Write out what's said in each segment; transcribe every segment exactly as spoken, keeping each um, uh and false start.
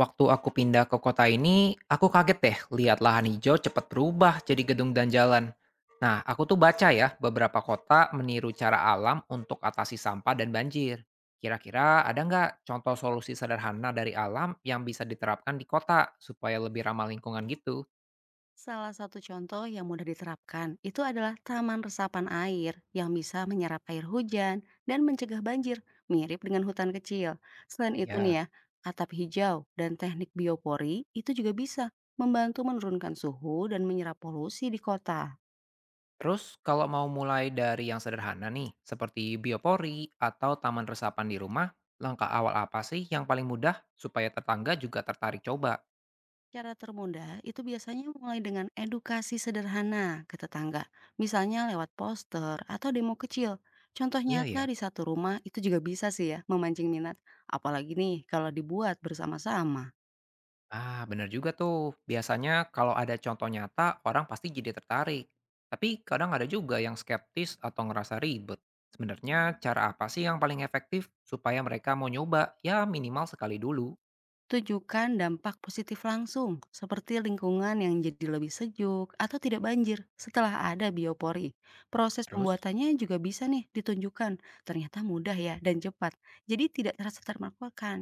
Waktu aku pindah ke kota ini, aku kaget deh lihat lahan hijau cepat berubah jadi gedung dan jalan. Nah, aku tuh baca ya, beberapa kota meniru cara alam untuk atasi sampah dan banjir. Kira-kira ada nggak contoh solusi sederhana dari alam yang bisa diterapkan di kota supaya lebih ramah lingkungan gitu? Salah satu contoh yang mudah diterapkan itu adalah taman resapan air yang bisa menyerap air hujan dan mencegah banjir, mirip dengan hutan kecil. Selain itu nih Ya, ya, atap hijau dan teknik biopori itu juga bisa membantu menurunkan suhu dan menyerap polusi di kota. terus kalau mau mulai dari yang sederhana nih, seperti biopori atau taman resapan di rumah, langkah awal apa sih yang paling mudah supaya tetangga juga tertarik coba? Cara termudah itu biasanya mulai dengan edukasi sederhana ke tetangga, misalnya lewat poster atau demo kecil. Contoh Iya nyata ya. di satu rumah itu juga bisa sih ya memancing minat, apalagi nih kalau dibuat bersama-sama. Ah, bener juga tuh. Biasanya kalau ada contoh nyata, orang pasti jadi tertarik. Tapi kadang ada juga yang skeptis atau ngerasa ribet. Sebenarnya cara apa sih yang paling efektif supaya mereka mau nyoba? Ya minimal sekali dulu. Tunjukkan dampak positif langsung, seperti lingkungan yang jadi lebih sejuk atau tidak banjir setelah ada biopori. Proses Terus? pembuatannya juga bisa nih ditunjukkan, ternyata mudah ya dan cepat, jadi tidak terasa termakan.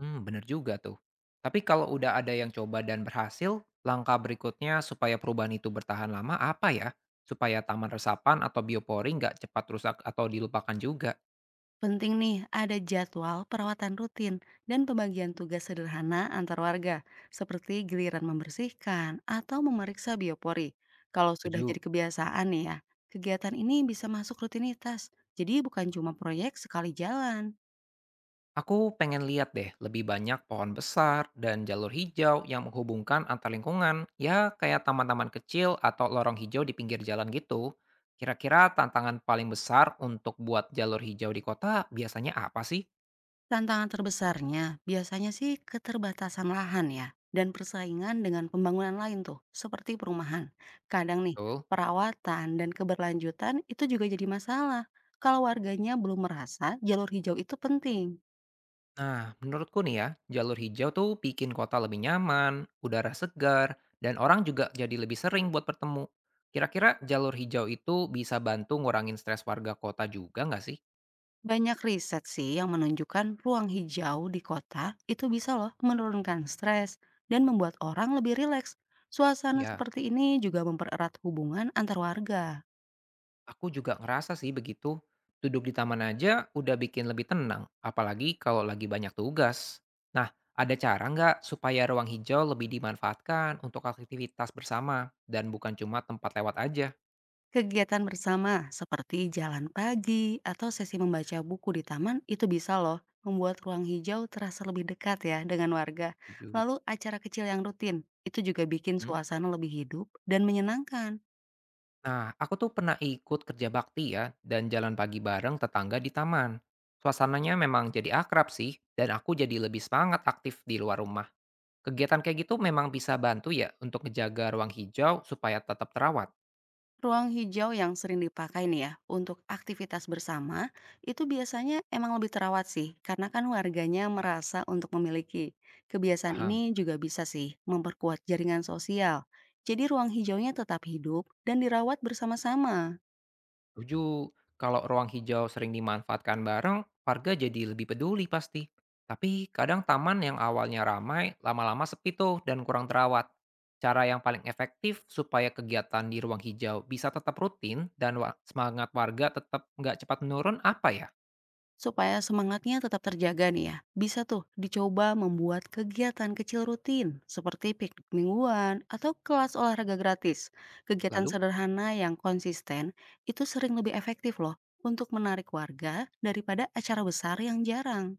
Hmm, bener juga tuh. Tapi kalau udah ada yang coba dan berhasil, langkah berikutnya supaya perubahan itu bertahan lama apa ya? Supaya taman resapan atau biopori nggak cepat rusak atau dilupakan juga. Penting nih, ada jadwal perawatan rutin dan pembagian tugas sederhana antar warga, seperti giliran membersihkan atau memeriksa biopori. Kalau sudah jadi Setuju? kebiasaan nih ya, kegiatan ini bisa masuk rutinitas. Jadi bukan cuma proyek sekali jalan. Aku pengen lihat deh lebih banyak pohon besar dan jalur hijau yang menghubungkan antar lingkungan, ya kayak taman-taman kecil atau lorong hijau di pinggir jalan gitu. Kira-kira tantangan paling besar untuk buat jalur hijau di kota biasanya apa sih? Tantangan terbesarnya biasanya sih keterbatasan lahan ya, dan persaingan dengan pembangunan lain tuh, seperti perumahan. Kadang nih, Betul. perawatan dan keberlanjutan itu juga jadi masalah kalau warganya belum merasa jalur hijau itu penting. Nah, menurutku nih ya, jalur hijau tuh bikin kota lebih nyaman, udara segar, dan orang juga jadi lebih sering buat bertemu. Kira-kira jalur hijau itu bisa bantu ngurangin stres warga kota juga nggak sih? Banyak riset sih yang menunjukkan ruang hijau di kota itu bisa loh menurunkan stres dan membuat orang lebih rileks. Suasana Ya. seperti ini juga mempererat hubungan antar warga. Aku juga ngerasa sih begitu. Duduk di taman aja udah bikin lebih tenang, apalagi kalau lagi banyak tugas. Nah, ada cara nggak supaya ruang hijau lebih dimanfaatkan untuk aktivitas bersama dan bukan cuma tempat lewat aja? Kegiatan bersama seperti jalan pagi atau sesi membaca buku di taman itu bisa loh membuat ruang hijau terasa lebih dekat ya dengan warga. Setuju. Lalu acara kecil yang rutin itu juga bikin Mhm. suasana lebih hidup dan menyenangkan. Nah, aku tuh pernah ikut kerja bakti ya dan jalan pagi bareng tetangga di taman. Suasananya memang jadi akrab sih dan aku jadi lebih semangat aktif di luar rumah. Kegiatan kayak gitu memang bisa bantu ya untuk ngejaga ruang hijau supaya tetap terawat. Ruang hijau yang sering dipakai nih ya untuk aktivitas bersama itu biasanya emang lebih terawat sih karena kan warganya merasa untuk memiliki. Kebiasaan Paham? ini juga bisa sih memperkuat jaringan sosial. Jadi ruang hijaunya tetap hidup dan dirawat bersama-sama. Setuju, kalau ruang hijau sering dimanfaatkan bareng, warga jadi lebih peduli pasti. Tapi kadang taman yang awalnya ramai, lama-lama sepi tuh dan kurang terawat. Cara yang paling efektif supaya kegiatan di ruang hijau bisa tetap rutin dan wa- semangat warga tetap nggak cepat menurun apa ya? Supaya semangatnya tetap terjaga nih ya, bisa tuh dicoba membuat kegiatan kecil rutin seperti piknik mingguan atau kelas olahraga gratis. Kegiatan Lalu? sederhana yang konsisten itu sering lebih efektif loh untuk menarik warga daripada acara besar yang jarang.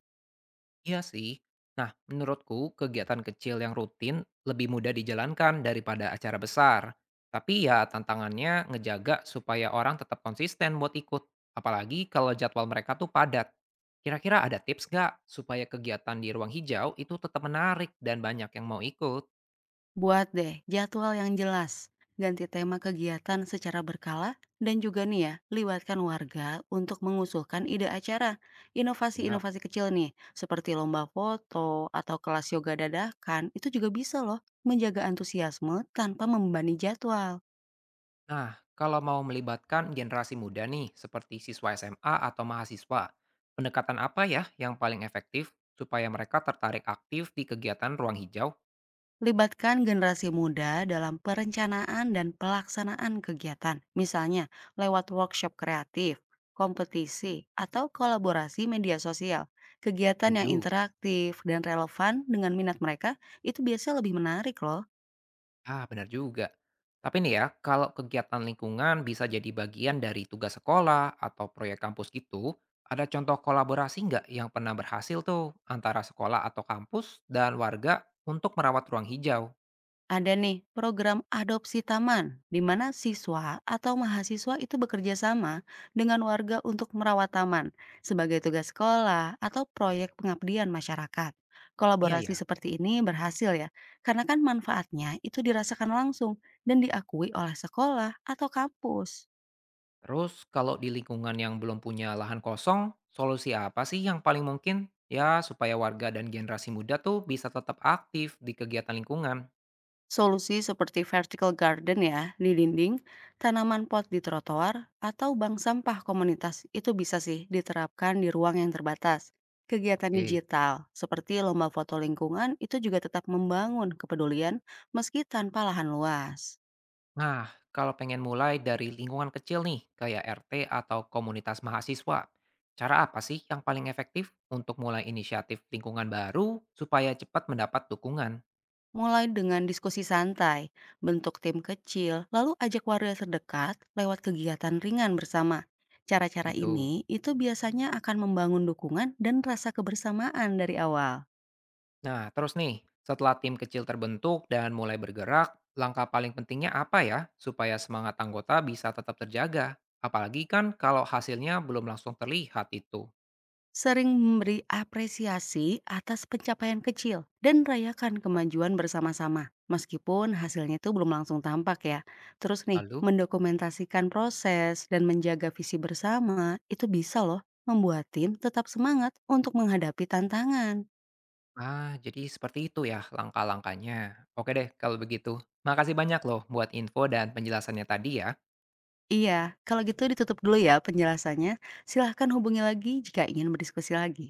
Iya sih. Nah, menurutku kegiatan kecil yang rutin lebih mudah dijalankan daripada acara besar. Tapi ya tantangannya ngejaga supaya orang tetap konsisten buat ikut. Apalagi kalau jadwal mereka tuh padat. Kira-kira ada tips nggak supaya kegiatan di ruang hijau itu tetap menarik dan banyak yang mau ikut? Buat deh jadwal yang jelas, ganti tema kegiatan secara berkala, dan juga nih ya, libatkan warga untuk mengusulkan ide acara. Siap. Inovasi-inovasi kecil nih, seperti lomba foto atau kelas yoga dadakan, itu juga bisa loh menjaga antusiasme tanpa membebani jadwal. Nah, kalau mau melibatkan generasi muda nih, seperti siswa S M A atau mahasiswa, pendekatan apa ya yang paling efektif supaya mereka tertarik aktif di kegiatan ruang hijau? Libatkan generasi muda dalam perencanaan dan pelaksanaan kegiatan, misalnya lewat workshop kreatif, kompetisi, atau kolaborasi media sosial. Kegiatan yang Setuju. interaktif dan relevan dengan minat mereka itu biasanya lebih menarik loh. Ah, benar juga. Tapi nih ya, kalau kegiatan lingkungan bisa jadi bagian dari tugas sekolah atau proyek kampus gitu, ada contoh kolaborasi nggak yang pernah berhasil tuh antara sekolah atau kampus dan warga untuk merawat ruang hijau? Ada nih program adopsi taman, di mana siswa atau mahasiswa itu bekerja sama dengan warga untuk merawat taman sebagai tugas sekolah atau proyek pengabdian masyarakat. Iya Kolaborasi ya. seperti ini berhasil ya, karena kan manfaatnya itu dirasakan langsung dan diakui oleh sekolah atau kampus. Terus kalau di lingkungan yang belum punya lahan kosong, solusi apa sih yang paling mungkin? Ya, supaya warga dan generasi muda tuh bisa tetap aktif di kegiatan lingkungan. Solusi seperti vertical garden ya di dinding, tanaman pot di trotoar, atau bank sampah komunitas itu bisa sih diterapkan di ruang yang terbatas. Kegiatan Oke. digital seperti lomba foto lingkungan itu juga tetap membangun kepedulian meski tanpa lahan luas. Nah, kalau pengen mulai dari lingkungan kecil nih, kayak R T atau komunitas mahasiswa, cara apa sih yang paling efektif untuk mulai inisiatif lingkungan baru supaya cepat mendapat dukungan? Mulai dengan diskusi santai, bentuk tim kecil, lalu ajak warga terdekat lewat kegiatan ringan bersama. Cara-cara ini Gitu. itu biasanya akan membangun dukungan dan rasa kebersamaan dari awal. Nah, terus nih, setelah tim kecil terbentuk dan mulai bergerak, langkah paling pentingnya apa ya supaya semangat anggota bisa tetap terjaga? Apalagi kan kalau hasilnya belum langsung terlihat itu. Sering memberi apresiasi atas pencapaian kecil dan rayakan kemajuan bersama-sama. Meskipun hasilnya itu belum langsung tampak ya. Terus nih, Lalu? mendokumentasikan proses dan menjaga visi bersama itu bisa loh membuat tim tetap semangat untuk menghadapi tantangan. Ah, jadi seperti itu ya langkah-langkahnya. Oke deh kalau begitu. Makasih banyak loh buat info dan penjelasannya tadi ya. Iya, kalau gitu ditutup dulu ya penjelasannya. Silahkan hubungi lagi jika ingin berdiskusi lagi.